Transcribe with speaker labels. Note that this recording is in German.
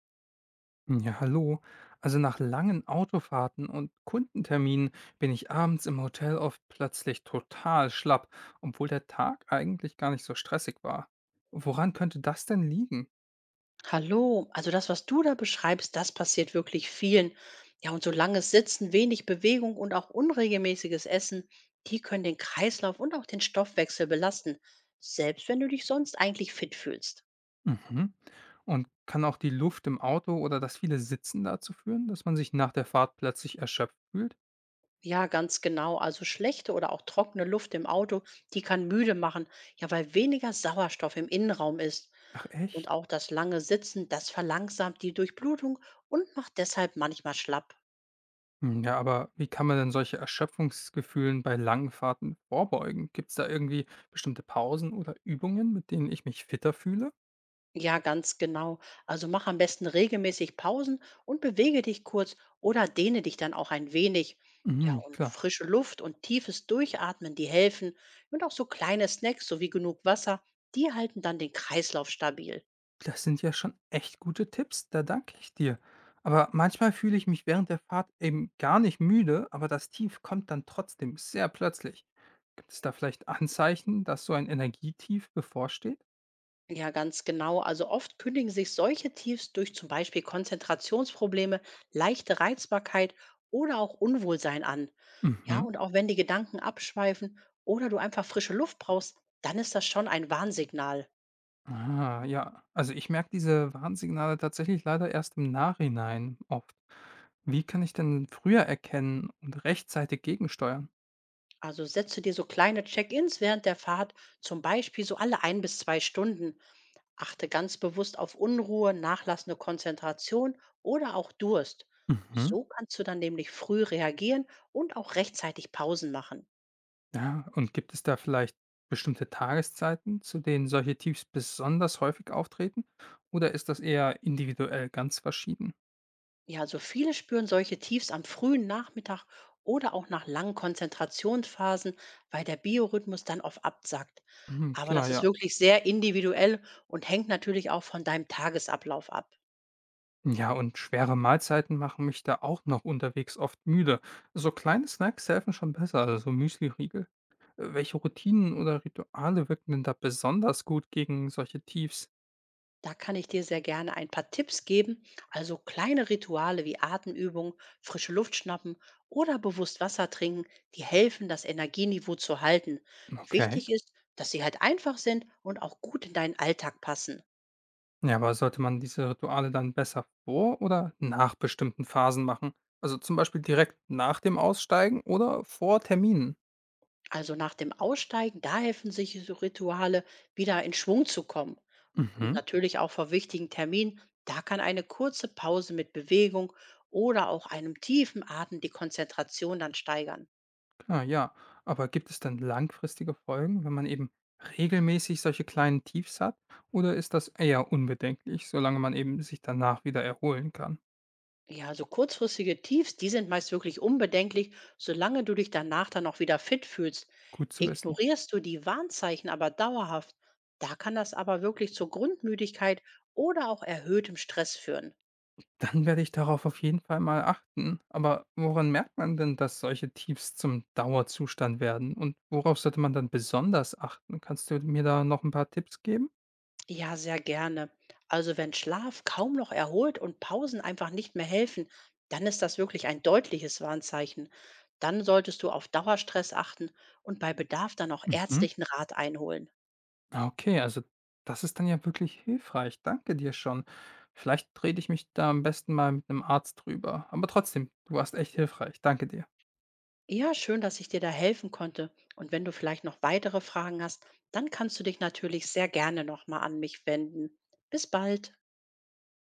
Speaker 1: Ja, hallo. Also nach langen Autofahrten und Kundenterminen bin ich abends im Hotel oft plötzlich total schlapp, obwohl der Tag eigentlich gar nicht so stressig war. Woran könnte das denn liegen?
Speaker 2: Hallo, also das, was du da beschreibst, das passiert wirklich vielen. Ja, und so langes Sitzen, wenig Bewegung und auch unregelmäßiges Essen, die können den Kreislauf und auch den Stoffwechsel belasten, selbst wenn du dich sonst eigentlich fit fühlst.
Speaker 1: Mhm. Und kann auch die Luft im Auto oder das viele Sitzen dazu führen, dass man sich nach der Fahrt plötzlich erschöpft fühlt?
Speaker 2: Ja, ganz genau. Also schlechte oder auch trockene Luft im Auto, die kann müde machen, ja, weil weniger Sauerstoff im Innenraum ist.
Speaker 1: Ach
Speaker 2: Und
Speaker 1: echt?
Speaker 2: auch das lange Sitzen, das verlangsamt die Durchblutung und macht deshalb manchmal schlapp.
Speaker 1: Hm, ja, aber wie kann man denn solche Erschöpfungsgefühlen bei langen Fahrten vorbeugen? Gibt es da irgendwie bestimmte Pausen oder Übungen, mit denen ich mich fitter fühle?
Speaker 2: Ja, ganz genau. Also mach am besten regelmäßig Pausen und bewege dich kurz oder dehne dich dann auch ein wenig. Ja,
Speaker 1: Mhm,
Speaker 2: und
Speaker 1: klar.
Speaker 2: frische Luft und tiefes Durchatmen, die helfen. Und auch so kleine Snacks sowie genug Wasser, die halten dann den Kreislauf stabil.
Speaker 1: Das sind ja schon echt gute Tipps, da danke ich dir. Aber manchmal fühle ich mich während der Fahrt eben gar nicht müde, aber das Tief kommt dann trotzdem sehr plötzlich. Gibt es da vielleicht Anzeichen, dass so ein Energietief bevorsteht?
Speaker 2: Ja, ganz genau. Also oft kündigen sich solche Tiefs durch zum Beispiel Konzentrationsprobleme, leichte Reizbarkeit oder auch Unwohlsein an. Ja,
Speaker 1: Mhm.
Speaker 2: und auch wenn die Gedanken abschweifen oder du einfach frische Luft brauchst, dann ist das schon ein Warnsignal.
Speaker 1: Ah, ja. Also ich merke diese Warnsignale tatsächlich leider erst im Nachhinein oft. Wie kann ich denn früher erkennen und rechtzeitig gegensteuern?
Speaker 2: Also setze dir so kleine Check-ins während der Fahrt, zum Beispiel so alle 1 bis 2 Stunden. Achte ganz bewusst auf Unruhe, nachlassende Konzentration oder auch Durst.
Speaker 1: Mhm.
Speaker 2: So kannst du dann nämlich früh reagieren und auch rechtzeitig Pausen machen.
Speaker 1: Ja, und gibt es da vielleicht bestimmte Tageszeiten, zu denen solche Tiefs besonders häufig auftreten? Oder ist das eher individuell ganz verschieden?
Speaker 2: Ja, also viele spüren solche Tiefs am frühen Nachmittag oder auch nach langen Konzentrationsphasen, weil der Biorhythmus dann oft absackt.
Speaker 1: Mhm,
Speaker 2: Aber
Speaker 1: klar,
Speaker 2: das ist
Speaker 1: ja.
Speaker 2: wirklich sehr individuell und hängt natürlich auch von deinem Tagesablauf ab.
Speaker 1: Ja, und schwere Mahlzeiten machen mich da auch noch unterwegs oft müde. So kleine Snacks helfen schon besser, also so Müsli-Riegel. Welche Routinen oder Rituale wirken denn da besonders gut gegen solche Tiefs?
Speaker 2: Da kann ich dir sehr gerne ein paar Tipps geben, also kleine Rituale wie Atemübungen, frische Luft schnappen oder bewusst Wasser trinken, die helfen, das Energieniveau zu halten.
Speaker 1: Okay.
Speaker 2: Wichtig ist, dass sie halt einfach sind und auch gut in deinen Alltag passen.
Speaker 1: Ja, aber sollte man diese Rituale dann besser vor oder nach bestimmten Phasen machen? Also zum Beispiel direkt nach dem Aussteigen oder vor Terminen?
Speaker 2: Also nach dem Aussteigen, da helfen sich so Rituale, wieder in Schwung zu kommen. Und
Speaker 1: Mhm.
Speaker 2: natürlich auch vor wichtigen Terminen, da kann eine kurze Pause mit Bewegung oder auch einem tiefen Atem die Konzentration dann steigern.
Speaker 1: Klar, ja. Aber gibt es dann langfristige Folgen, wenn man eben regelmäßig solche kleinen Tiefs hat? Oder ist das eher unbedenklich, solange man eben sich danach wieder erholen kann?
Speaker 2: Ja, so kurzfristige Tiefs, die sind meist wirklich unbedenklich, solange du dich danach dann auch wieder fit fühlst.
Speaker 1: Gut zu wissen.
Speaker 2: Ignorierst du die Warnzeichen aber dauerhaft, da kann das aber wirklich zur Grundmüdigkeit oder auch erhöhtem Stress führen.
Speaker 1: Dann werde ich darauf auf jeden Fall mal achten. Aber woran merkt man denn, dass solche Tiefs zum Dauerzustand werden? Und worauf sollte man dann besonders achten? Kannst du mir da noch ein paar Tipps geben?
Speaker 2: Ja, sehr gerne. Also wenn Schlaf kaum noch erholt und Pausen einfach nicht mehr helfen, dann ist das wirklich ein deutliches Warnzeichen. Dann solltest du auf Dauerstress achten und bei Bedarf dann auch
Speaker 1: Mhm.
Speaker 2: ärztlichen Rat einholen.
Speaker 1: Ah, okay, also das ist dann ja wirklich hilfreich. Danke dir schon. Vielleicht rede ich mich da am besten mal mit einem Arzt drüber. Aber trotzdem, du warst echt hilfreich. Danke dir.
Speaker 2: Ja, schön, dass ich dir da helfen konnte. Und wenn du vielleicht noch weitere Fragen hast, dann kannst du dich natürlich sehr gerne nochmal an mich wenden. Bis bald.